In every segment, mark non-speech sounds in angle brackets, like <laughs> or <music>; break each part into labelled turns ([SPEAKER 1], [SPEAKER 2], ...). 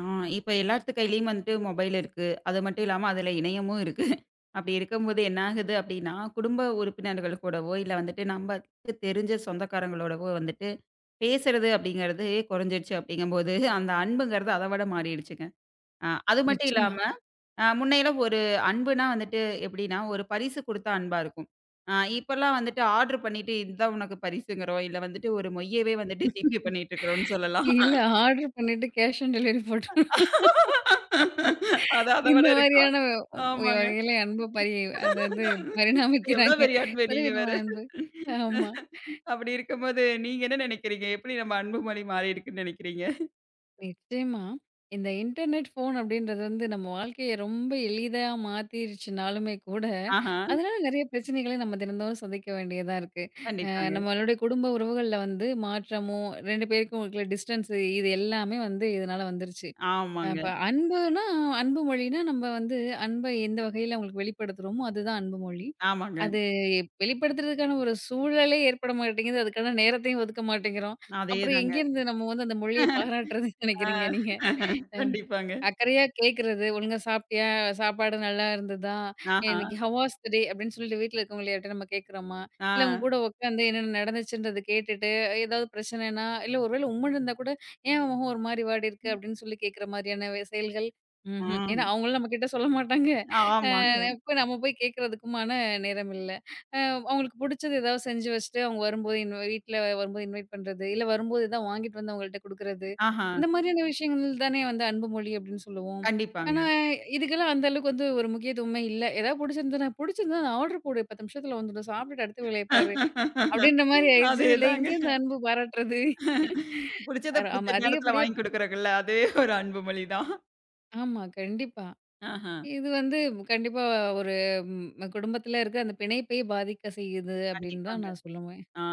[SPEAKER 1] ஆ, இப்ப எல்லாத்து கையிலயும் வந்துட்டு மொபைல் இருக்கு. அது மட்டும் இல்லாம அதுல இணையமும் இருக்கு. அப்படி இருக்கும்போது என்ன ஆகுது அப்படின்னா, குடும்ப உறுப்பினர்கள் கூடவோ, இல்ல வந்துட்டு நமக்கு தெரிஞ்ச சொந்தக்காரங்களோடவோ வந்துட்டு பேசுறது அப்படிங்கிறது குறைஞ்சிருச்சு அப்படிங்கும்போது, அந்த அன்புங்கிறது அத விட மாறிடுச்சுங்க. அது மட்டும்
[SPEAKER 2] நிச்சயமா.
[SPEAKER 1] இல்லாம முன்னையெல்லாம் ஒரு அன்புனா வந்துட்டு எப்படின்னா, ஒரு பரிசு குடுத்தா அன்பா இருக்கும். இப்பல்லாம் வந்துட்டு ஆர்டர் பண்ணிட்டு, "இதுதான் உனக்கு பரிசுங்கிறோம்." இல்ல வந்துட்டு ஒரு மொய்யவே வந்துட்டு ஜிபே பண்ணிட்டு இருக்கிறோம்னு சொல்லலாம்.
[SPEAKER 2] இல்ல ஆர்டர் பண்ணிட்டு கேஷ் ஆன் டெலிவரி போட்டு <laughs>
[SPEAKER 1] <laughs> அது அத
[SPEAKER 2] இந்த
[SPEAKER 1] விட இருக்கும்.
[SPEAKER 2] மாதிரியான
[SPEAKER 1] ஆமாங்க.
[SPEAKER 2] வகையில அன்பு பரி அதாவது
[SPEAKER 1] இது எவ்ளோ
[SPEAKER 2] பரிணாமிக்கிறாங்க.
[SPEAKER 1] பெரிய அன்பு நீங்க வேற.
[SPEAKER 2] புதுவிதமான அன்பு. ஆமா.
[SPEAKER 1] அப்படி இருக்கும்போது நீங்க என்ன நினைக்கிறீங்க? எப்படி நம்ம அன்பு மொழி மாறி இருக்குன்னு நினைக்கிறீங்க?
[SPEAKER 2] நிச்சயமா. இந்த இன்டர்நெட், ஃபோன் அப்படின்றது வந்து நம்ம வாழ்க்கைய ரொம்ப எளிதா மாத்திருச்சுனாலுமே கூட,
[SPEAKER 1] ஆஹா.
[SPEAKER 2] அதனால நெறைய பிரச்சனைகளை நம்ம தினந்தோறும் சந்திக்க வேண்டியதா இருக்கு.
[SPEAKER 1] கண்டிப்பாங்க.
[SPEAKER 2] நம்மளுடைய குடும்ப உறவுகள்ல வந்து மாற்றமும், 2 பேருக்கும் இருக்கிற டிஸ்டன்ஸ், இது எல்லாமே வந்து இதனால வந்துருச்சு.
[SPEAKER 1] ஆமாங்க,
[SPEAKER 2] அப்ப அன்புனா, அன்பு மொழினா, நம்ம வந்து அன்ப எந்த வகையில அவங்களுக்கு வெளிப்படுத்துறோமோ, அதுதான் அன்பு மொழி.
[SPEAKER 1] ஆமாங்க.
[SPEAKER 2] அது வெளிப்படுத்துறதுக்கான ஒரு சூழலே ஏற்பட மாட்டேங்குது. அதுக்கான நேரத்தையும் ஒதுக்க மாட்டேங்கிறோம். அப்புறம்
[SPEAKER 1] அதேதாங்க.
[SPEAKER 2] எங்கேருந்து நம்ம வந்து அந்த மொழிய பாராட்டுறதுன்னு
[SPEAKER 1] ஆ.
[SPEAKER 2] நினைக்கிறீங்க நீங்க?
[SPEAKER 1] கண்டிப்பாங்க.
[SPEAKER 2] அக்கறையா கேட்கறது, "ஒழுங்கா சாப்பிட்டியா? சாப்பாடு நல்லா இருந்ததா?
[SPEAKER 1] ஆஹா.
[SPEAKER 2] இன்னைக்கு ஹவ் வாஸ் த டே?" அப்படின்னு சொல்லிட்டு வீட்ல இருக்கவங்கள யார்ட்டயா நம்ம கேட்கிறோமா?
[SPEAKER 1] ஆ.
[SPEAKER 2] இல்ல அவங்க கூட உட்காந்து என்னென்ன நடந்துச்சுன்றத கேட்டுட்டு, ஏதாவது பிரச்சனைனா, இல்ல ஒரு வேளை உம்முன்னு இருந்தா கூட, "ஏன் உன் முகம் ஒரு மாரி வாடி இருக்கு?" அப்படின்னு சொல்லி கேட்கிற மாதிரியான செயல்கள். ம்ஹ்ம். ஏன்னா
[SPEAKER 1] ம்.
[SPEAKER 2] அவங்களும் நம்மகிட்ட சொல்ல மாட்டாங்க. அ
[SPEAKER 1] ஆமாங்க.
[SPEAKER 2] இப்ப நம்ம போய் கேட்கறதுக்குமான நேரம் இல்ல. அ அவங்களுக்கு புடிச்சது ஏதாவது செஞ்சு வச்சுட்டு, அவங்க வரும்போது இன்வ வீட்ல வரும்போது இன்வைட் பண்றது, இல்ல வரும்போது ஏதாவது வாங்கிட்டு வந்து அவங்கள்ட்ட குடுக்குறது.
[SPEAKER 1] ஆஹா.
[SPEAKER 2] இந்த மாதிரியான விஷயங்கள் தானே வந்து அன்பு மொழி அப்படின்னு சொல்லுவோம். ஆனா,
[SPEAKER 1] கண்டிப்பாங்க.
[SPEAKER 2] இதுக்கெல்லாம் அந்த அளவுக்கு வந்து ஒரு முக்கியத்துவமே இல்ல. ஏதாவது பிடிச்சிருந்ததுனா, "பிடிச்சிருந்தா நான் ஆர்டர் போடு. 10 நிமிஷத்துல வந்துடும். சாப்பிட்டுட்டு அடுத்த வேலைய பாரு." அப்படின்ற மாரி ஆயிடுச்சு. இதுல
[SPEAKER 1] அதேதாங்க.
[SPEAKER 2] எங்கேருந்து அன்பு பாராட்டுறது?
[SPEAKER 1] புடிச்சத புடிச்ச
[SPEAKER 2] ஆமா,
[SPEAKER 1] நேரத்துல
[SPEAKER 2] அதிகப்படியா.
[SPEAKER 1] வாங்கி குடுக்குறாங்கல்ல, அதுவே ஒரு அன்பு மொழி தான்.
[SPEAKER 2] ஆமா, கண்டிப்பா.
[SPEAKER 1] ஆஹா.
[SPEAKER 2] இது வந்து கண்டிப்பா ஒரு குடும்பத்துல இருக்க அந்த பிணைப்பை பாதிக்க செய்யுது அப்படின்னு தான்
[SPEAKER 1] கண்டிப்பாங்க.
[SPEAKER 2] நான் சொல்லுவேன்.
[SPEAKER 1] ஆ.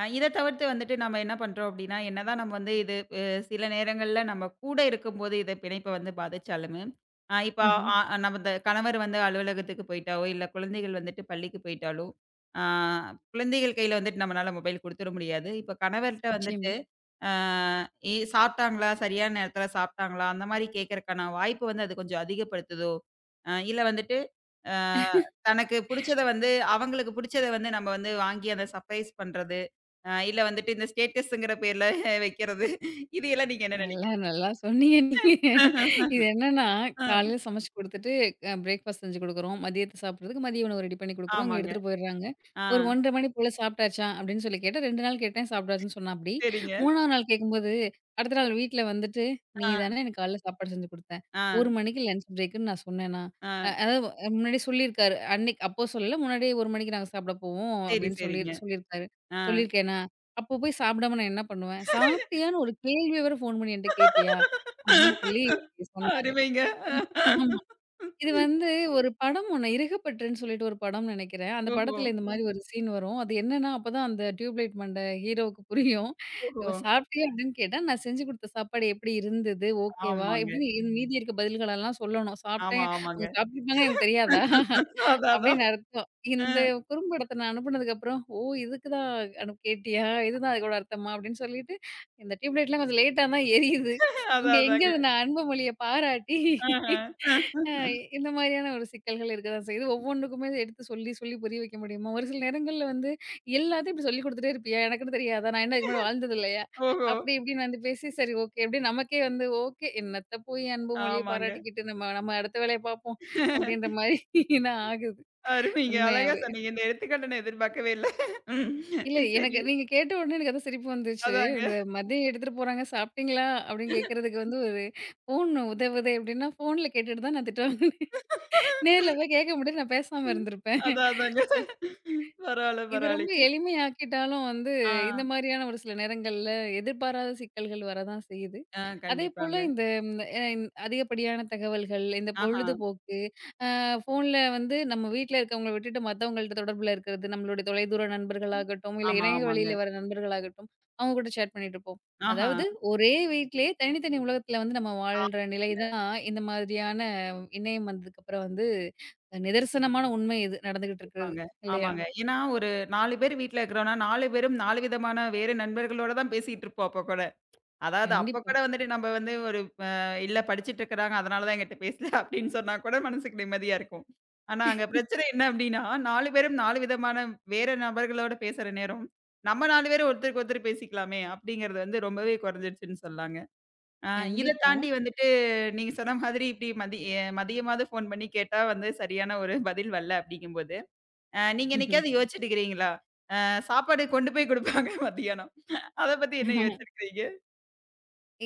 [SPEAKER 1] இத தவிர்த்து வந்துட்டு நம்ம என்ன பண்றோம் அப்டின்னா, என்னதான் நம்ம வந்து இது சில நேரங்கள்ல நம்ம கூட இருக்கும்போது இத பிணைப்ப வந்து பாதிச்சாலுமே, இப்போ
[SPEAKER 2] ம்ஹ்ம்.
[SPEAKER 1] இப்ப நம்ம இந்த கணவர் வந்து அலுவலகத்துக்கு போயிட்டாவோ, இல்ல குழந்தைகள் வந்துட்டு பள்ளிக்கு போயிட்டாலோ, ஆ குழந்தைகள் கையில வந்துட்டு நம்மனால மொபைல் குடுத்துற முடியாது. இப்ப கணவர்ட்ட
[SPEAKER 2] நிச்சயமா.
[SPEAKER 1] வந்துட்டு, ஆ சாப்ட்டாங்களா? சரியான நேரத்தில சாப்ட்டாங்களா? அந்த மாரி கேட்கறக்கான வாய்ப்பு வந்து அது கொஞ்சம் அதிகப்படுத்துதோ, இல்ல வந்துட்டு, ஆ தனக்கு புடிச்சத வந்து அவங்களுக்கு புடிச்சத வந்து நம்ம வந்து வாங்கி அத சர்ப்ரைஸ் பண்றது. இல்ல வந்துட்டு இந்த ஸ்டேட்டஸ்ங்கிற பேர்ல <laughs> வைக்கிறது. இது எல்லாம் நீங்க என்ன
[SPEAKER 2] நல்லா,
[SPEAKER 1] நெனைக்கிறீங்க?
[SPEAKER 2] நல்லா சொன்னீங்க நீங்க.
[SPEAKER 1] அ
[SPEAKER 2] இது
[SPEAKER 1] <laughs>
[SPEAKER 2] என்னன்னா, காலையில சமைச்சு குடுத்துட்டு, பிரேக்ஃபாஸ்ட் செஞ்சு குடுக்குறோம். மதியத்த சாப்பிடுறதுக்கு மதிய உணவு ரெடி பண்ணி குடுக்குறோம். இங்க
[SPEAKER 1] ஆமாங்க.
[SPEAKER 2] எடுத்துட்டு போயிடுறாங்க.
[SPEAKER 1] ஆ
[SPEAKER 2] ஒரு 1:30 மணி போல சாப்பிட்டாச்சா? அப்படின்னு சொல்லி கேட்டா, 2 நாள் கேட்டேன் சாப்பிட்டாச்சுன்னு சொன்னாப்படி.
[SPEAKER 1] சரிங்க.
[SPEAKER 2] 3வது நாள் கேட்கும்போது, அடுத்த நாள் வீட்ல வந்துட்டு, "நீ
[SPEAKER 1] ஆ,
[SPEAKER 2] தானே எனக்கு காலைல சாப்பாடு செஞ்சு குடுத்த.
[SPEAKER 1] ஆ,
[SPEAKER 2] 1 மணிக்கு லஞ்ச் பிரேக்குன்னு நான் சொன்னேனா?" அ
[SPEAKER 1] ஆ.
[SPEAKER 2] அதாவது முன்னாடியே சொல்லியிருக்காரு. அன்னைக்கு அப்போ சொல்லல. முன்னாடியே 1 மணிக்கு நாங்க சாப்பிட போவோம்
[SPEAKER 1] சரி,
[SPEAKER 2] அப்படின்னு சொல்லி
[SPEAKER 1] சரிங்க.
[SPEAKER 2] சொல்லியிருக்காரு.
[SPEAKER 1] ஆ.
[SPEAKER 2] சொல்லியிருக்கேனா? அப்போ போய் சாப்பிடாம நான் என்ன பண்ணுவேன்? "சாப்பிட்டியான்னு ஒரு கேள்விய வேற ஃபோன் பண்ணி என்ட்ட கேட்பியா?" அப்படின்னு சொல்லி சொன்னாரு.
[SPEAKER 1] அருமைங்க.
[SPEAKER 2] இது ஆமா. இது வந்து ஒரு படம் ஒண்ணு "இறுகப்பற்றுன்னு" சொல்லிட்டு ஒரு படம் நெனைக்கிறேன். அந்த
[SPEAKER 1] ஓஹோ!
[SPEAKER 2] படத்துல இந்த மாரி ஒரு சீன் வரும். அது என்னன்னா, அப்பதான் அந்த டியூப்லைட் மண்ட ஹீரோவுக்கு புரியும். "இவ
[SPEAKER 1] ஓஹோ!
[SPEAKER 2] சாப்பிட்டியா?" அப்படின்னு கேட்டா, "நான் செஞ்சு குடுத்த சாப்பாடு எப்படி இருந்தது? ஓகேவா?"
[SPEAKER 1] ஆமாங்க.
[SPEAKER 2] இப்படின்னு மீதி இருக்க பதில்களெல்லாம் சொல்லணும்.
[SPEAKER 1] ஆமா,
[SPEAKER 2] "சாப்பிட்டேன்.
[SPEAKER 1] ஆமாங்க.
[SPEAKER 2] அவங்க சாப்பிட்டுருப்பாங்கன்னு எனக்கு தெரியாதா?"
[SPEAKER 1] அதான், அதான்.
[SPEAKER 2] அப்படின்னு அர்த்தம்.
[SPEAKER 1] அ
[SPEAKER 2] இந்த குறும்படத்த நான் அனுப்புனதுக்கப்புறம், "ஓ! இதுக்கு தான் கேட்டியா? இதுதான் அதோட அர்த்தமா?" அப்படின்னு சொல்லிட்டு, இந்த டியூப் லைட்லாம் கொஞ்சம் லேட்டா தான் எரியுது. இங்க
[SPEAKER 1] அதான்,
[SPEAKER 2] எங்க
[SPEAKER 1] அதாங்க.
[SPEAKER 2] அது நான் அன்புமொழிய பாராட்டி,
[SPEAKER 1] ஆஹ.
[SPEAKER 2] அ இந்த மாதிரியான ஒரு சிக்கல்கள் இருக்க தான் செய்யுது. ஒவ்வொன்னுக்குமே எடுத்து சொல்லி, சொல்லி புரிய வைக்க முடியுமா? ஒரு சில நேரங்கள்ல வந்து, "எல்லாத்தையும் இப்படி சொல்லிக் குடுத்துட்டே இருப்பியா? எனக்குன்னு தெரியாதா? நான் என்ன இதுக்கு முன்னாடி வாழ்ந்தது இல்லையா?"
[SPEAKER 1] ஓஹோ!
[SPEAKER 2] அப்படி இப்படின்னு வந்து பேசி, சரி ஓகே அப்படின்னு நமக்கே வந்து, "ஓகே, என்னத்த போய் அன்புமொழிய
[SPEAKER 1] ஆமாங்க.
[SPEAKER 2] பாராட்டிக்கிட்டு, நம்ம நம்ம அடுத்த வேலைய பார்ப்போம்." அப்படின்ற மாரி நான் ஆகுது.
[SPEAKER 1] அருமைங்க. அழகா
[SPEAKER 2] உண்மையாவே.
[SPEAKER 1] சொன்னீங்க. இந்த எடுத்துக்காட்ட நான் எதிர்பார்க்கவே இல்ல. ம்.
[SPEAKER 2] இல்ல எனக்கு
[SPEAKER 1] சரி.
[SPEAKER 2] நீங்க கேட்ட உடனே எனக்கு அதான் சிரிப்பு வந்துச்சு.
[SPEAKER 1] அதாங்க.
[SPEAKER 2] இந்த மதியம் எடுத்துட்டு போறாங்க, சாப்பிட்டீங்களா? அப்படின்னு கேட்கறதுக்கு வந்து ஒரு ஃபோன் உதவுதே அப்படின்னா, ஃபோன்ல கேட்டுட்டு தான் நான் திட்டு வாங்குனேன். <laughs> நேர்ல போய் கேட்க முடியாது, நான் பேசாம இருந்திருப்பேன்.
[SPEAKER 1] அதான், அதாங்க. பரவால்ல,
[SPEAKER 2] இது ரொம்ப
[SPEAKER 1] பரவால்லைங்க.
[SPEAKER 2] எளிமையாக்கிட்டாலும் வந்து,
[SPEAKER 1] ஆ,
[SPEAKER 2] இந்த மாதிரியான ஒரு சில நேரங்கள்ல எதிர்பாராத சிக்கல்கள் வரதான் செய்யுது.
[SPEAKER 1] ஆ
[SPEAKER 2] அதேபோல
[SPEAKER 1] கண்டிப்பாங்க.
[SPEAKER 2] இந்த இந்த அதிகப்படியான தகவல்கள், இந்த
[SPEAKER 1] ஆஹா.
[SPEAKER 2] பொழுதுபோக்கு, அ ஃபோன்ல வந்து நம்ம வீட்ல இருக்கவங்கள விட்டுட்டு மத்தவங்கள்ட்ட தொடர்புல இருக்கிறது, நம்மளுடைய தொலைதூர நண்பர்களாகட்டும், இல்ல
[SPEAKER 1] ஆமா,
[SPEAKER 2] இணைய
[SPEAKER 1] ஆமாங்க.
[SPEAKER 2] வழியில வர நண்பர்களாகட்டும், அவங்க கூட சேட் பண்ணிட்டு இருப்போம்.
[SPEAKER 1] ஆஹா.
[SPEAKER 2] அதாவது ஒரே வீட்டிலேயே தனித்தனி உலகத்துல வந்து நம்ம வாழ்ற நிலை
[SPEAKER 1] ஆமாங்க.
[SPEAKER 2] தான் இந்த மாதிரியான இணையம் வந்ததுக்கப்புறம் வந்து நிதர்சனமான உண்மை இது நடந்துகிட்டு இருக்கிறது,
[SPEAKER 1] கண்டிப்பாங்க.
[SPEAKER 2] இல்லையா?
[SPEAKER 1] ஆமாங்க. ஏன்னா ஒரு 4 பேர் வீட்ல இருக்கிறோம்னா, 4 பேரும் 4 விதமான வேற நண்பர்களோட தான் பேசிட்டு இருப்போம் அப்ப கூட. அதாவது அப்ப
[SPEAKER 2] கண்டிப்பா,
[SPEAKER 1] கூட வந்துட்டு நம்ம வந்து ஒரு அ இல்ல படிச்சுட்டு இருக்கிறாங்க. அதனால தான் என்கிட்ட பேசல <laughs> அப்படின்னு சொன்னா கூட மனசுக்கு நிம்மதியா இருக்கும். ஆனா அங்க பிரச்சனை என்ன அப்படின்னா, 4 பேரும் 4 விதமான வேற நபர்களோட பேசுற நேரம், நம்ம 4 பேரும் ஒருத்தருக்கு ஒருத்தர் பேசிக்கலாமே அப்படிங்கிறது வந்து ரொம்பவே குறைஞ்சிருச்சுன்னு சொல்லாங்க. அ இத
[SPEAKER 2] கண்டிப்பா.
[SPEAKER 1] தாண்டி வந்துட்டு நீங்க சொன்ன மாதிரி இப்படி மதியமாவது ஃபோன் பண்ணி கேட்டா வந்து சரியான ஒரு பதில் வரல அப்படிங்கும்போது, நீங்க என்னைக்காவது யோசிச்சிருக்கிறீங்களா? சாப்பாடு கொண்டு போய் குடுப்பாங்க <laughs> மத்தியானம். அத பத்தி என்ன
[SPEAKER 2] ம்ஹ்ம்.
[SPEAKER 1] யோசிச்சிருக்கிறீங்க?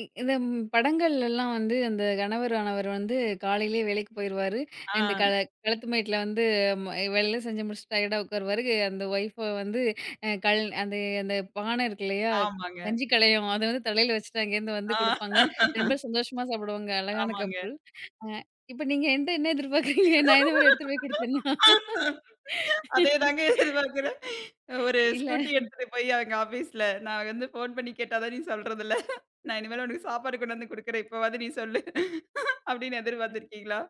[SPEAKER 2] இந்த படங்கள்லலாம் வந்து அந்த கணவர் ஆனவர் வந்து காலையிலேயே வேலைக்கு போயிருவாரு. இந்த
[SPEAKER 1] ஆ
[SPEAKER 2] கள களத்து மேட்ல வந்து ம வேலையெல்லாம் செஞ்சு முடிச்சுட்டு டயர்டா உட்காருவாரு. அந்த ஒய்ஃப வந்து அ கல் அந்த அந்த பானை இருக்கு இல்லையா?
[SPEAKER 1] ஆமாங்க.
[SPEAKER 2] கஞ்சி கலையம் அத வந்து தலையில வச்சுட்டு அங்கேருந்து வந்து குடுப்பாங்க.
[SPEAKER 1] ஆ
[SPEAKER 2] 2 பேரும் சந்தோஷமா சாப்பிடுவாங்க. அழகான
[SPEAKER 1] ஆமாங்க.
[SPEAKER 2] கப்புள். அ இப்ப நீங்க என்ட்ட என்ன எதிர்பார்க்குறீங்க? நான் இந்த மாரி எடுத்துட்டு போய் குடுத்தேன்னா?
[SPEAKER 1] அதேதாங்க எதிர்பார்க்கிறேன். ஒரு
[SPEAKER 2] இல்ல.
[SPEAKER 1] ஸ்கூட்டி எடுத்துட்டு போய் அவங்க ஆஃபீஸ்ல, நான் வந்து ஃபோன் பண்ணி கேட்டா தான் நீ சொல்றதில்ல. நான் இனிமேல் உனக்கு சாப்பாடு கொண்டாந்து குடுக்குறேன். இப்பவாது நீ சொல்லு. அப்படின்னு எதிர்பார்த்திருக்கீங்களா?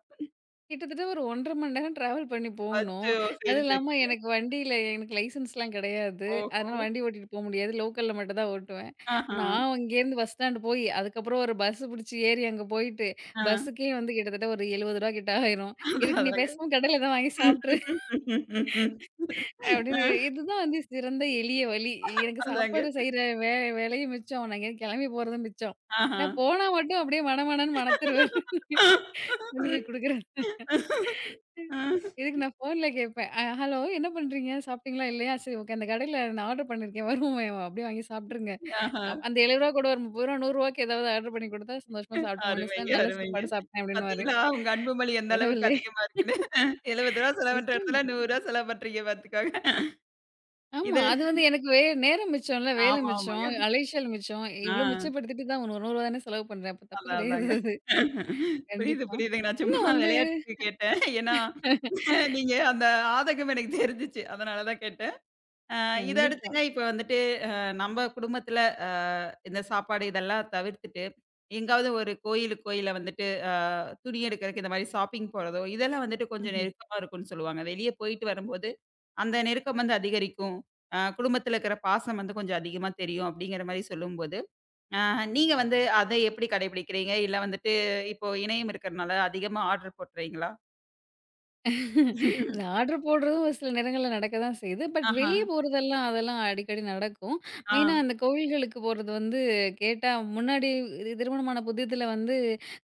[SPEAKER 2] கிட்டத்தட்ட ஒரு 1 1/2 மணி நேரம் டிராவல் பண்ணி போகணும்.
[SPEAKER 1] அச்சோ! சரி,
[SPEAKER 2] அதுவும் இல்லாம
[SPEAKER 1] சரிங்க.
[SPEAKER 2] எனக்கு வண்டியில எனக்கு லைசென்ஸ்லாம் கிடையாது. அதனால
[SPEAKER 1] ஓஹோ!
[SPEAKER 2] வண்டி ஓட்டிட்டு போ முடியாது. லோக்கல்ல மட்டும் தான் ஓட்டுவேன்.
[SPEAKER 1] ஆஹா.
[SPEAKER 2] நான் இங்கேருந்து பஸ் ஸ்டாண்ட் போய், அதுக்கப்புறம் ஒரு பஸ் புடிச்சு ஏறி அங்க போயிட்டு,
[SPEAKER 1] ஆ.
[SPEAKER 2] பஸ்ஸுக்கே வந்து கிட்டத்தட்ட ஒரு ரூ. 70 ரூபாய் கிட்ட ஆயிரும்.
[SPEAKER 1] அதான்,
[SPEAKER 2] இதுக்கு நீ
[SPEAKER 1] அதாங்க.
[SPEAKER 2] பேசாம கடையில தான் வாங்கி சாப்பிட்டுரு
[SPEAKER 1] ஆ.
[SPEAKER 2] அப்படின்னு இதுதான் வந்து சிறந்த எளிய வழி. எனக்கு
[SPEAKER 1] அதாங்க.
[SPEAKER 2] சாப்பாடு செய்ற வே வேலையும் மிச்சம். நான் இங்கேருந்து கிளம்பி போறதும் மிச்சம்.
[SPEAKER 1] ஆஹா.
[SPEAKER 2] நான் போனா மட்டும் அப்படியே மணமணன்னு மணத்துருவாரு. <laughs> கொண்டு போய் குடுக்குறது. இதுக்கு நான் ஃபோன்ல கேட்பேன். ஹலோ, என்ன பண்றீங்க? சாப்பிட்டீங்களா? இல்லையா? சரி, ஓகே. அந்த கடையில நான் ஆர்டர் பண்ணியிருக்கேன். வருமே அப்படியே வாங்கி சாப்பிட்டுருங்க.
[SPEAKER 1] ஆஹா.
[SPEAKER 2] அந்த ரூ. 70 ரூபாய் கூட ஒரு ரூ. 30 ரூபாய் 100 ரூபாய்க்கு ஏதாவது ஆர்டர் பண்ணி குடுத்தா சந்தோஷமா சாப்பிட்ட
[SPEAKER 1] அருமைங்க,
[SPEAKER 2] மனுஷன். நல்ல
[SPEAKER 1] அருமைங்க.
[SPEAKER 2] சாப்பாடு சாப்பிட்டேன் அப்படின்னுவாரு.
[SPEAKER 1] பாத்தீங்களா, உங்க அன்புமொழி எந்த அளவுக்கு
[SPEAKER 2] கடவுளே!
[SPEAKER 1] அதிகமா இருக்குன்னு. ரூ. 70 செலவு பண்ற
[SPEAKER 2] நிச்சயமா.
[SPEAKER 1] இடத்துல ரூ. 100 செலவு பண்றீங்க பாத்துக்கோங்க.
[SPEAKER 2] ஆமா.
[SPEAKER 1] இது
[SPEAKER 2] அது வந்து எனக்கு நேரம் மிச்சம்ல. வேலை
[SPEAKER 1] ஆமா,
[SPEAKER 2] மிச்சம்.
[SPEAKER 1] ஆமாங்க.
[SPEAKER 2] அலைச்சல் மிச்சம்.
[SPEAKER 1] ஆ
[SPEAKER 2] இவ்ளோ மிச்சப்படுத்திட்டு தான் ஒரு ரூ. 100 ரூபாய் தானே செலவு பண்றேன். அப்ப தப்பு
[SPEAKER 1] அதான்,
[SPEAKER 2] கிடையாது
[SPEAKER 1] அதாங்க.
[SPEAKER 2] அது.
[SPEAKER 1] புரியுது,
[SPEAKER 2] கண்டிப்பா.
[SPEAKER 1] புரியுதுங்க. நான்
[SPEAKER 2] இன்னும்
[SPEAKER 1] சும்மா
[SPEAKER 2] வந்து
[SPEAKER 1] விளையாட்டுக்கு கேட்டேன். ஏன்னா, நீங்க அந்த ஆதகம் எனக்கு தெரிஞ்சுச்சு. அதனால தான் கேட்டேன். அ இத
[SPEAKER 2] கண்டிப்பா.
[SPEAKER 1] அடுத்துங்க இப்ப வந்துட்டு அ நம்ம குடும்பத்துல அ இந்த சாப்பாடு இதெல்லாம் தவிர்த்துட்டு, எங்காவது ஒரு கோயிலுக்கோ, இல்ல வந்துட்டு துணி எடுக்கறக்கு இந்த மாரி ஷாப்பிங் போறதோ, இதெல்லாம் வந்துட்டு கொஞ்சம்
[SPEAKER 2] ம்ஹ்ம்.
[SPEAKER 1] நெருக்கமா இருக்கும்ன்னு சொல்லுவாங்க. வெளிய போயிட்டு வரும்போது, அந்த நெருக்கம் வந்து அதிகரிக்கும். குடும்பத்துல இருக்கிற பாசம் வந்து கொஞ்சம் அதிகமா தெரியும் அப்படிங்கிற மாரி சொல்லும்போது, அ நீங்க வந்து அத எப்படி கடைபிடிக்கிறீங்க? இல்ல வந்துட்டு இப்போ இணையம் இருக்கறனால அதிகமா ஆர்டர் போட்டுறீங்களா?
[SPEAKER 2] இந்த
[SPEAKER 1] <laughs>
[SPEAKER 2] ஆர்டர் போடுறதும் ஒரு சில நேரங்கள்ல நடக்க தான் செய்யுது. பட்
[SPEAKER 1] ஆஹா.
[SPEAKER 2] வெளிய போறதெல்லாம் அதெல்லாம் அடிக்கடி நடக்கும்.
[SPEAKER 1] ஆ.
[SPEAKER 2] மெயினா அந்த கோவில்களுக்கு போறது வந்து கேட்டா முன்னாடி இது திருமணமான புதியதுல வந்து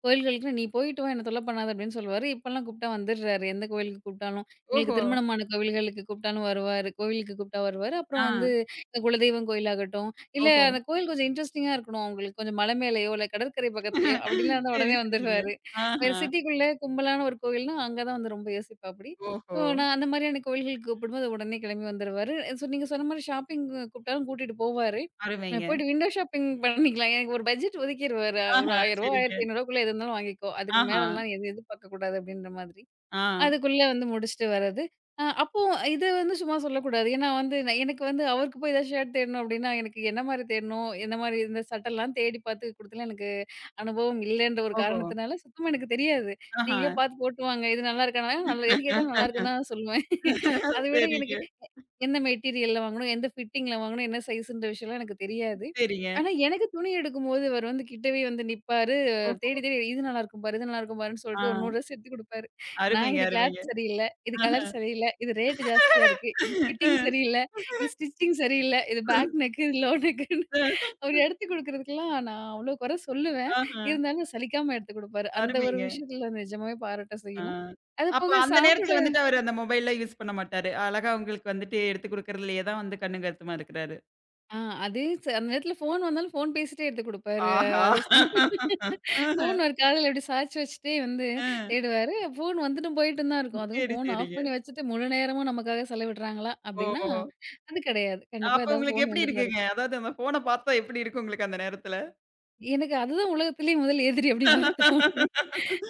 [SPEAKER 2] கோயில்களுக்கு "நீ போயிட்டு வா, என்ன தொல்ல பண்ணாத" அப்படின்னு சொல்லுவாரு. இப்பலாம் கூப்பிட்டா வந்துடுறாரு. எந்த கோவிலுக்கு கூப்பிட்டாலும். எங்களுக்கு
[SPEAKER 1] ஓஹோ!
[SPEAKER 2] திருமணமான கோவில்களுக்கு கூப்பிட்டாலும் வருவாரு. கோவிலுக்கு கூப்பிட்டா வருவாரு. அப்புறம்
[SPEAKER 1] ஆ.
[SPEAKER 2] வந்து இந்த குலதெய்வம் கோயிலாகட்டும், இல்ல
[SPEAKER 1] ஓஹோ!
[SPEAKER 2] அந்த கோயில் கொஞ்சம் இன்ட்ரஸ்டிங்கா இருக்கணும். அவங்களுக்கு கொஞ்சம் மலை மேலயோ, இல்ல கடற்கரை பக்கத்துலயோ அப்படிலாம் இருந்தா
[SPEAKER 1] சரி,
[SPEAKER 2] உடனே
[SPEAKER 1] சரிங்க.
[SPEAKER 2] வந்துருவாரு. வேற
[SPEAKER 1] ஆஹா.
[SPEAKER 2] சிட்டிக்குள்ள கும்பலான ஒரு கோவில்னா, அங்க தான் வந்து ரொம்ப யோசிப்பாப்படி.
[SPEAKER 1] ஓஹோ!
[SPEAKER 2] ஸோ, நான் அந்த மாரியான கோவில்களுக்கு கூப்பிடும்போது உடனே கிளம்பி வந்துருவாரு. ஸோ, நீங்க சொன்ன மாரி ஷாப்பிங் கூப்பிட்டாலும் கூட்டிட்டு போவாரு.
[SPEAKER 1] அருமைங்க.
[SPEAKER 2] போயிட்டு விண்டோ ஷாப்பிங் பண்ணிக்கலாம். எனக்கு ஒரு பட்ஜெட் ஒதுக்கிருவாரு. ஒரு ரூ.
[SPEAKER 1] ஆஹா,
[SPEAKER 2] 1000 ரூபாய் ரூ.
[SPEAKER 1] சரிங்க.
[SPEAKER 2] 1500 ரூபாய்க்குள்ள எது இருந்தாலும் வாங்கிக்கோ. அதுக்கு
[SPEAKER 1] ஆஹா.
[SPEAKER 2] மேலலாம் எதுவும் எதிர்பார்க்க கூடாது அப்படின்ற மாதிரி.
[SPEAKER 1] ஆ.
[SPEAKER 2] அதுக்குள்ள வந்து முடிச்சுட்டு வர்றது. அப்போ இத வந்து சும்மா சொல்லக்கூடாது. ஏன்னா வந்து நான் எனக்கு வந்து அவருக்கு போய் ஏதாவது ஷர்ட் தேடணும் அப்படின்னா, எனக்கு என்ன மாரி தேடணும், எந்த மாரி இந்த சட்டலாம் தேடி பார்த்து குடுத்தலாம் எனக்கு அனுபவம் இல்லன்ற ஒரு
[SPEAKER 1] ஓஹோ!
[SPEAKER 2] காரணத்தினால சுத்தமா எனக்கு தெரியாது.
[SPEAKER 1] ஆஹா.
[SPEAKER 2] நீங்களே பார்த்து போட்டுவாங்க. இது நல்லா இருக்கா? நல்லா எது கேட்டாலும் நல்லா இருக்குன்னு தான் சொல்லுவேன். <laughs> அத விட
[SPEAKER 1] சரிங்க,
[SPEAKER 2] எனக்கு எந்த மெட்டீரியல்ல வாங்கணும்? எந்த ஃபிட்டிங்ல வாங்கணும்? என்ன சைஸ்ன்ற விஷயம்லாம் எனக்கு தெரியாது.
[SPEAKER 1] சரிங்க.
[SPEAKER 2] ஆனா, எனக்கு துணி எடுக்கும்போது இவர் வந்து கிட்டவே வந்து நிப்பாரு.
[SPEAKER 1] ஓஹோ!
[SPEAKER 2] தேடி, தேடி இது நல்லாருக்கும் பாரு, இது நல்லாருக்கும் பாருன்னு
[SPEAKER 1] ஆ.
[SPEAKER 2] சொல்லிட்டு ஒரு 100 ட்ரெஸ் எடுத்து குடுப்பாரு. நான்
[SPEAKER 1] அருமைங்க,
[SPEAKER 2] இது கிளாத்
[SPEAKER 1] அருமைங்க.
[SPEAKER 2] சரியில்ல, இது கலர் சரியில்ல, இது ரேட் ஜாஸ்தியா இருக்கு, இது ஃபிட்டிங் சரியில்ல, இது ஸ்டிச்சிங் சரியில்ல, இது பேக் நெக், இது லோ நெக்குன்னு அவர் எடுத்து குடுக்குறதுக்கெல்லாம் நான் அவ்ளோ குறை சொல்லுவேன்.
[SPEAKER 1] ஆஹா.
[SPEAKER 2] இருந்தாலும் சலிக்காம எடுத்து குடுப்பாரு. அந்த ஒரு
[SPEAKER 1] அருமைங்க.
[SPEAKER 2] விஷயத்துல நிஜமாவே பாராட்ட
[SPEAKER 1] ஆ.
[SPEAKER 2] செய்யணும். அது
[SPEAKER 1] அப்ப
[SPEAKER 2] போக
[SPEAKER 1] அந்த
[SPEAKER 2] சாப்பிட
[SPEAKER 1] நேரத்துல வந்துட்டு அவரு அந்த மொபைல்லாம் யூஸ் பண்ண மாட்டாரு. அழகா உங்களுக்கு வந்துட்டு எடுத்து குடுக்கறதுலயே தான் வந்து கண்ணும் கருத்துமா இருக்கிறாரு.
[SPEAKER 2] ஆ அது ச அந்த நேரத்துல ஃபோன் வந்தாலும் ஃபோன் பேசிட்டே எடுத்து குடுப்பாரு.
[SPEAKER 1] ஆஹா.
[SPEAKER 2] அத சொல்லி <laughs>
[SPEAKER 1] ஆஹ.
[SPEAKER 2] ஃபோன் ஒரு காதுல இப்டி சாய்ச்சு வச்சுட்டே வந்து
[SPEAKER 1] அ.
[SPEAKER 2] தேடுவாரு. ஃபோன் வந்துட்டும் போயிட்டும் தான் இருக்கும். அதுவும்
[SPEAKER 1] சரி,
[SPEAKER 2] ஃபோன் ஆஃப்
[SPEAKER 1] சரிங்க.
[SPEAKER 2] பண்ணி வச்சுட்டு முழு நேரமும் நமக்காக செலவிடுறாங்களா?
[SPEAKER 1] ஓ!
[SPEAKER 2] அப்டின்னா, அது கிடையாது. கண்டிப்பா
[SPEAKER 1] அப்ப
[SPEAKER 2] ஏதாவது
[SPEAKER 1] உங்களுக்கு
[SPEAKER 2] ஃபோன்
[SPEAKER 1] எப்படி
[SPEAKER 2] வந்துட்டு தான்
[SPEAKER 1] இருக்குங்க?
[SPEAKER 2] இருக்கும்.
[SPEAKER 1] அதாவது அந்த ஃபோன பார்த்தா எப்படி இருக்கு உங்களுக்கு அந்த நேரத்துல?
[SPEAKER 2] எனக்கு அதுதான் உலகத்திலேயே முதல் எதிரி அப்டி மாரி தோணும்.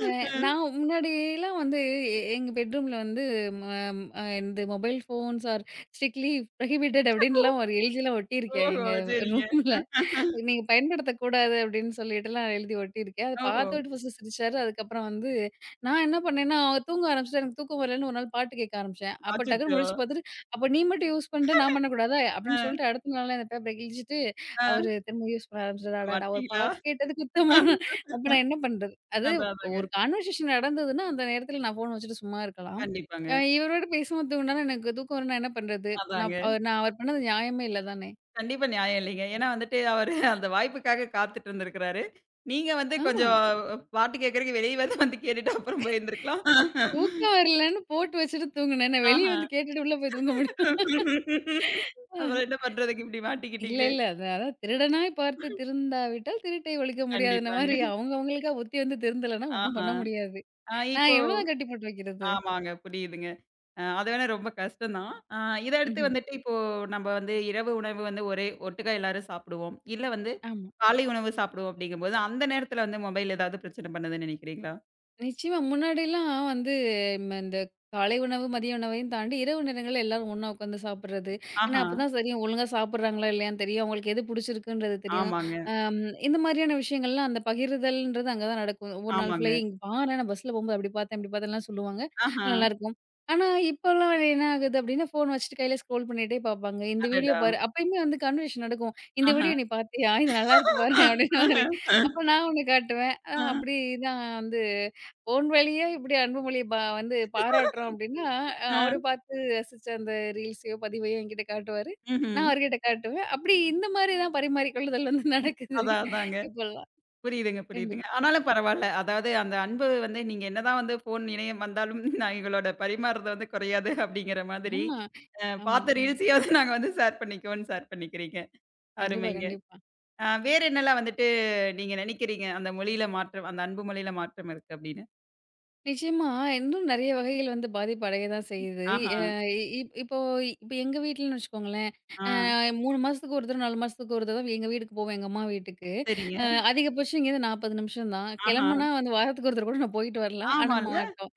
[SPEAKER 2] அ நான் முன்னாடிலாம் வந்து எங்க பெட்ரூம்ல வந்து ம அ இந்த mobile phones are strictly prohibited
[SPEAKER 1] ஓஹோ!
[SPEAKER 2] அப்டின்லாம் ஒரு எழுதிலாம் ஒட்டியிருக்கேன் எங்க
[SPEAKER 1] சரிங்க.
[SPEAKER 2] ரூம்ல. நீங்க பயன்படுத்தக்கூடாது அப்படின்னு சொல்லிட்டுலாம் எழுதி ஒட்டியிருக்கேன். அத
[SPEAKER 1] ஓஹோ!
[SPEAKER 2] பாத்துட்டு ஃபர்ஸ்ட்டு சிரிச்சாரு. அதுக்கப்புறம் வந்து நான் என்ன பண்ணேன்னா, அவங்க தூங்க ஆரம்பிச்சுட்டு எனக்கு தூக்கம் வரலன்னு ஒரு நாள் பாட்டு கேட்க ஆரம்பிச்சேன். அப்ப டக்குனு
[SPEAKER 1] அச்சச்சோ!
[SPEAKER 2] முழிச்சு பாத்துட்டு, "அப்ப நீ மட்டும் யூஸ் பண்ற, நான் பண்ணக்கூடாதா?"
[SPEAKER 1] அ,
[SPEAKER 2] அப்படின்னு சொல்லிட்டு அடுத்த நாளே அந்த பேப்பர கிழிச்சிட்டு, அவரு
[SPEAKER 1] அ
[SPEAKER 2] திரும்ப யூஸ் பண்ண ஆரம்பிச்சது. அடடா! ஒரு
[SPEAKER 1] மாட்டீங்களா?
[SPEAKER 2] பாட்டு கேட்டது குத்தமான அப்ப நான் என்ன பண்றது? அது
[SPEAKER 1] அதான் அதாங்க.
[SPEAKER 2] ஒரு கான்வர்சேஷன் நடந்ததுன்னா, அந்த நேரத்துல நான் ஃபோன் வச்சுட்டு சும்மா இருக்கலாம்.
[SPEAKER 1] கண்டிப்பாங்க.
[SPEAKER 2] இவரோட பேசும்போது தூங்குனாலும் எனக்கு தூக்கம் வரும்னா என்ன பண்றது?
[SPEAKER 1] அதாங்க.
[SPEAKER 2] நான் அவர் பண்ணது நியாயமே இல்ல தானே!
[SPEAKER 1] கண்டிப்பா நியாயம் இல்லைங்க. ஏன்னா வந்துட்டு அவரு அந்த வாய்ப்புக்காக காத்துட்டு இருந்திருக்கிறாரு. நீங்க வந்து
[SPEAKER 2] ஆமா.
[SPEAKER 1] கொஞ்சம் பாட்டு கேட்கறதுக்கு வெளிய வந்து வந்து கேட்டுட்டு அப்புறம் போயிருந்திருக்கலாம்.
[SPEAKER 2] தூக்கம் வரலன்னு போட்டு வச்சுட்டு தூங்குனேன். நான் வெளிய
[SPEAKER 1] ஆஹா.
[SPEAKER 2] வந்து கேட்டுட்டு உள்ள போய் தூங்க முடியுமா?
[SPEAKER 1] அப்புறம் என்ன பண்றதுக்கு இப்படி
[SPEAKER 2] இல்ல,
[SPEAKER 1] மாட்டிக்கிட்டீங்களே!
[SPEAKER 2] இல்ல. அது அதான் "திருடனாய் பார்த்து திருந்தாவிட்டால் திருட்டை ஒழிக்க முடியாதுன்ன" மாரி
[SPEAKER 1] கண்டிப்பாங்க.
[SPEAKER 2] அவங்க அவங்களுக்கா புத்தி வந்து திருந்தலன்னா ஒண்ணும்
[SPEAKER 1] ஆஹா.
[SPEAKER 2] பண்ண முடியாது.
[SPEAKER 1] ஆ
[SPEAKER 2] நான்
[SPEAKER 1] இப்போ
[SPEAKER 2] எவ்வளோ தான் கட்டி போட்டு வைக்கிறது?
[SPEAKER 1] ஆமாங்க. புரியுதுங்க. அது வேணா ரொம்ப கஷ்டம் தான். இத அடுத்து
[SPEAKER 2] ம்ஹ்ம்.
[SPEAKER 1] வந்துட்டு இப்போ நம்ம வந்து இரவு உணவு வந்து ஒரே ஒட்டுக்கா எல்லாரும் சாப்பிடுவோம். இல்ல வந்து
[SPEAKER 2] ஆமா.
[SPEAKER 1] காலை உணவு சாப்பிடுவோம் அப்படிங்கும்போது, அந்த நேரத்துல வந்து மொபைல் ஏதாவது பிரச்சனை பண்ணுதுன்னு நினைக்கிறீங்களா?
[SPEAKER 2] நிச்சயமா. முன்னாடிலாம் வந்து இந்த காலை உணவு, மதிய உணவையும் தாண்டி இரவு நேரங்கள்ல எல்லாரும் ஒண்ணா உட்காந்து சாப்பிடுறது. ஏன்னா,
[SPEAKER 1] ஆஹா.
[SPEAKER 2] அப்பதான் சரியா ஒழுங்கா சாப்பிடுறாங்களா இல்லையான்னு தெரியும். அவங்களுக்கு எது பிடிச்சிருக்குன்றது தெரியும்.
[SPEAKER 1] ஆமாங்க,
[SPEAKER 2] அம் இந்த மாதிரியான விஷயங்கள்லாம் அந்த பகிர்தல்ன்றது அங்க தான் நடக்கும். ஒரு நாள் ஃபுல்லா
[SPEAKER 1] ஆமாங்க.
[SPEAKER 2] "இங்க பாரேன் நான் பஸ்ல போகும்போது அப்படி பார்த்தேன், இப்படி பார்த்தேன்லாம்" சொல்லுவாங்க.
[SPEAKER 1] ஆஹா.
[SPEAKER 2] நல்லாயிருக்கும். ஆனா, இப்போலாம் என்ன ஆகுது அப்படின்னா, ஃபோன் வச்சுட்டு கையில ஸ்க்ரோல் பண்ணிட்டே பார்ப்பாங்க. இந்த வீடியோ
[SPEAKER 1] அடடா!
[SPEAKER 2] பாரு அப்பயுமே வந்து கன்வர்சேஷன் நடக்கும். "இந்த
[SPEAKER 1] ஆஹா.
[SPEAKER 2] வீடியோ நீ பார்த்தியா? இது நல்லாயிருக்கு பாரேன்" அப்படின்ற மாரி. அப்ப
[SPEAKER 1] <laughs>
[SPEAKER 2] நான் ஒண்ணு காட்டுவேன்.
[SPEAKER 1] அ.
[SPEAKER 2] அப்படி தான் வந்து "உன் வழியா இப்படி அன்புமொழிய பா வந்து பாராட்டுறோம்." அப்படின்னா,
[SPEAKER 1] அ.
[SPEAKER 2] அவர பார்த்து ரசிச்ச அந்த ரீல்ஸையோ, பதிவையோ என்கிட்ட காட்டுவாரு. நான்
[SPEAKER 1] ம்ஹ்ம்.
[SPEAKER 2] அவர்கிட்ட காட்டுவேன். அப்படி இந்த மாரி தான் பரிமாறிக்கொள்ளுதல் வந்து நடக்குது
[SPEAKER 1] அதான், அதாங்க.
[SPEAKER 2] இப்பல்லாம்.
[SPEAKER 1] புரியுதுங்க, புரியுதுங்க.
[SPEAKER 2] கண்டிப்பா.
[SPEAKER 1] ஆனாலும் பரவால்ல. அதாவது அந்த அன்பு வந்து நீங்க என்னதான் வந்து ஃபோன் இணையம் வந்தாலும், நான் எங்களோட பரிமாறுறது வந்து குறையாது அப்படிங்கிற மாதிரி,
[SPEAKER 2] ஆமா,
[SPEAKER 1] அ
[SPEAKER 2] ஆமா.
[SPEAKER 1] பார்த்த ம். ரீல்ஸையாவது நாங்க வந்து ஷேர் பண்ணிக்குவோம்னு ஷேர் பண்ணிக்கிறீங்க.
[SPEAKER 2] கண்டிப்பா,
[SPEAKER 1] அருமைங்க.
[SPEAKER 2] கண்டிப்பா.
[SPEAKER 1] வேற என்னலாம் வந்துட்டு நீங்க நினைக்கிறீங்க? அந்த மொழியில மாற்றம் அந்த அன்பு மொழியில மாற்றம் இருக்கு அப்படின்னு.
[SPEAKER 2] நிச்சயமா, இன்னும் நெறைய வகைகள் வந்து பாதிப்பு அடைய தான் செய்யுது.
[SPEAKER 1] ஆஹா.
[SPEAKER 2] அ இப் இப்போ இப்ப எங்க வீட்லன்னு வச்சுக்கோங்களேன்,
[SPEAKER 1] ஆ.
[SPEAKER 2] அ 3 மாசத்துக்கு ஒரு தடவ, 4 மாசத்துக்கு ஒரு தடவ எங்க வீட்டுக்கு போவேன், எங்க அம்மா வீட்டுக்கு.
[SPEAKER 1] சரிங்க.
[SPEAKER 2] அ அதிகபட்சம் இங்கேருந்து 40 நிமிஷம் தான்.
[SPEAKER 1] ஆஹா.
[SPEAKER 2] கிளம்புனா வந்து வாரத்துக்கு ஒரு தடவ கூட நான் போயிட்டு வரலாம். ஆனா
[SPEAKER 1] ஆமால்ல.
[SPEAKER 2] மாட்டோம்.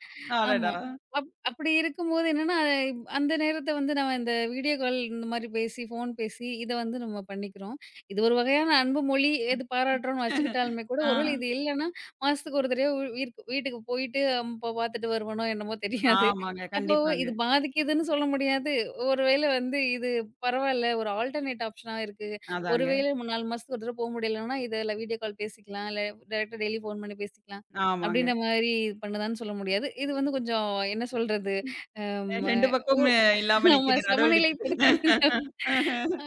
[SPEAKER 2] ஆமா.
[SPEAKER 1] அடடா!
[SPEAKER 2] அப்படி இருக்கும்போது என்னன்னா, அந்த நேரத்த வந்து நம்ம இந்த வீடியோ கால் இந்த மாரி பேசி, ஃபோன் பேசி இத வந்து நம்ம பண்ணிக்கிறோம். இது ஒரு வகையான அன்பு மொழி, எது பாராட்டுறோம்ன்னு வச்சுக்கிட்டாலுமே கூட,
[SPEAKER 1] ஆ.
[SPEAKER 2] ஒருவேளை இது இல்லன்னா, மாசத்துக்கு ஒரு தடவையோ வீட்டுக்கு போயிட்டு அப்ப பார்த்துட்டு வருவனோ என்னமோ தெரியாது.
[SPEAKER 1] ஆமாங்க.
[SPEAKER 2] அப்போ
[SPEAKER 1] கண்டிப்பாங்க.
[SPEAKER 2] இது பாதிக்குதுன்னு சொல்ல முடியாது. ஒருவேளை வந்து இது பரவால்ல, ஒரு ஆல்டர்னேட் ஆப்ஷனா இருக்கு.
[SPEAKER 1] அதாங்க.
[SPEAKER 2] ஒருவேளை 4 மாசத்துக்கு ஒரு தடவ போ முடியலன்னா, இத வீடியோ கால் பேசிக்கலாம். இல்ல டைரக்ட்டா டெய்லி ஃபோன் பண்ணி பேசிக்கலாம்.
[SPEAKER 1] ஆமாங்க.
[SPEAKER 2] அப்படின்ற மாரி பண்ணுதான்னு சொல்ல முடியாது. இது வந்து கொஞ்சம் என்ன சொல்றது? அம்
[SPEAKER 1] 2
[SPEAKER 2] ஒ
[SPEAKER 1] பக்கம் இல்லாம
[SPEAKER 2] நம்ம
[SPEAKER 1] நிக்குது. நடுவுல நிக்குது.
[SPEAKER 2] சமநிலைப்படுத்துது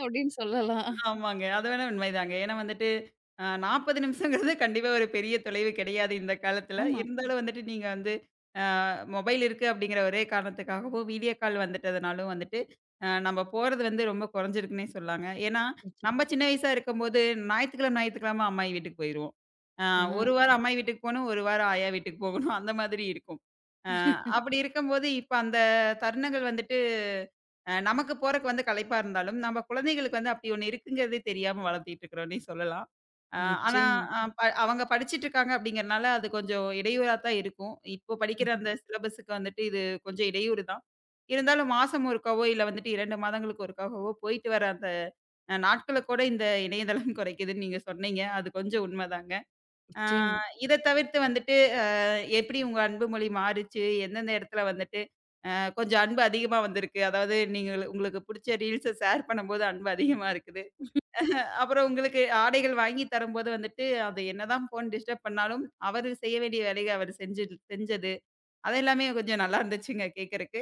[SPEAKER 2] அப்படின்னு சொல்லலாம்.
[SPEAKER 1] ஆமாங்க. அது வேணா உண்மைதாங்க. ஏன்னா வந்துட்டு, 40 நிமிஷங்கிறது கண்டிப்பா ஒரு பெரிய தொலைவு கிடையாது இந்த காலத்துல.
[SPEAKER 2] ஆமா.
[SPEAKER 1] இருந்தாலும் வந்துட்டு நீங்க வந்து அ மொபைல் இருக்கு அப்படிங்கிற ஒரே காரணத்துக்காகவும், வீடியோ கால் வந்துட்டதுனாலும் வந்துட்டு, நம்ம போறது வந்து ரொம்ப குறைஞ்சிருக்குன்னே சொல்லாங்க. ஏன்னா,
[SPEAKER 2] நிச்ச
[SPEAKER 1] நம்ம சின்ன வயசா இருக்கும்போது ஞாயித்துக்கிழம, ஞாயித்துக்கிழம அம்மாயி வீட்டுக்கு போயிருவோம். அ
[SPEAKER 2] ஆ
[SPEAKER 1] 1 வாரம் அம்மாயி வீட்டுக்கு போணும், 1 வாரம் ஆயா வீட்டுக்கு போகணும். அந்த மாதிரி இருக்கும். அ அப்படி இருக்கும்போது, இப்ப அந்த தருணங்கள் வந்துட்டு நமக்கு போறக்கு வந்து களைப்பா இருந்தாலும், நம்ம குழந்தைகளுக்கு வந்து அப்படி ஒண்ணு இருக்குங்கிறதே தெரியாம வளர்த்திட்டு இருக்கிறோன்னே சொல்லலாம். அ ஆனா
[SPEAKER 2] நிச்சயமா.
[SPEAKER 1] ஆமா. அ ப அவங்க படிச்சுட்டு இருக்காங்க அப்படிங்கிறனால, அது கொஞ்சம் இடையூறா தான் இருக்கும். இப்போ படிக்கிற
[SPEAKER 2] ம்ஹ்ம்.
[SPEAKER 1] அந்த ம். சிலபஸுக்கு வந்துட்டு இது கொஞ்சம் இடையூறு தான். இருந்தாலும் மாசம் ஒருக்காவோ, இல்ல வந்துட்டு 2 மாதங்களுக்கு ஒருக்காகவோ போயிட்டு வர அந்த நாட்கள கூட இந்த இணையதளம் <laughs> குறைக்குதுன்னு நீங்க சொன்னீங்க. அது கொஞ்சம் உண்மதாங்க. ஆ
[SPEAKER 2] நிச்சயமா.
[SPEAKER 1] இத தவிர்த்து வந்துட்டு, எப்படி உங்க அன்பு மொழி மாறுச்சு? எந்தெந்த இடத்துல வந்துட்டு, அ கொஞ்சம் அன்பு அதிகமா வந்திருக்கு? அதாவது நீங்க உங்களுக்கு புடிச்ச ரீல்ஸ ஷேர் பண்ணும்போது அன்பு அதிகமா இருக்குது. அப்புறம் உங்களுக்கு ஆடைகள் வாங்கி தரும்போது வந்துட்டு, அது என்னதான் ஃபோன் டிஸ்டர்ப் பண்ணாலும், அவரு செய்ய வேண்டிய வேலைய அவர் செஞ்சு செஞ்சது. அது எல்லாமே கொஞ்சம் நல்லா இருந்துச்சுங்க கேட்கறக்கு.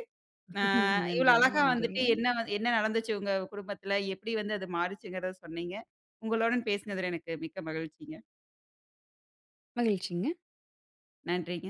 [SPEAKER 1] அ
[SPEAKER 2] <laughs>
[SPEAKER 1] இவ்வளோ
[SPEAKER 2] நன்றிங்க,
[SPEAKER 1] அழகா
[SPEAKER 2] நன்றிங்க.
[SPEAKER 1] வந்துட்டு என்ன வந்து- என்ன நடந்துச்சு உங்க குடும்பத்துல? எப்படி வந்து அது மாறுச்சுங்கிறத சொன்னீங்க. உங்களுடன் பேசினதுல எனக்கு மிக்க மகிழ்ச்சிங்க.
[SPEAKER 2] மகிழ்ச்சிங்க.
[SPEAKER 1] நன்றி.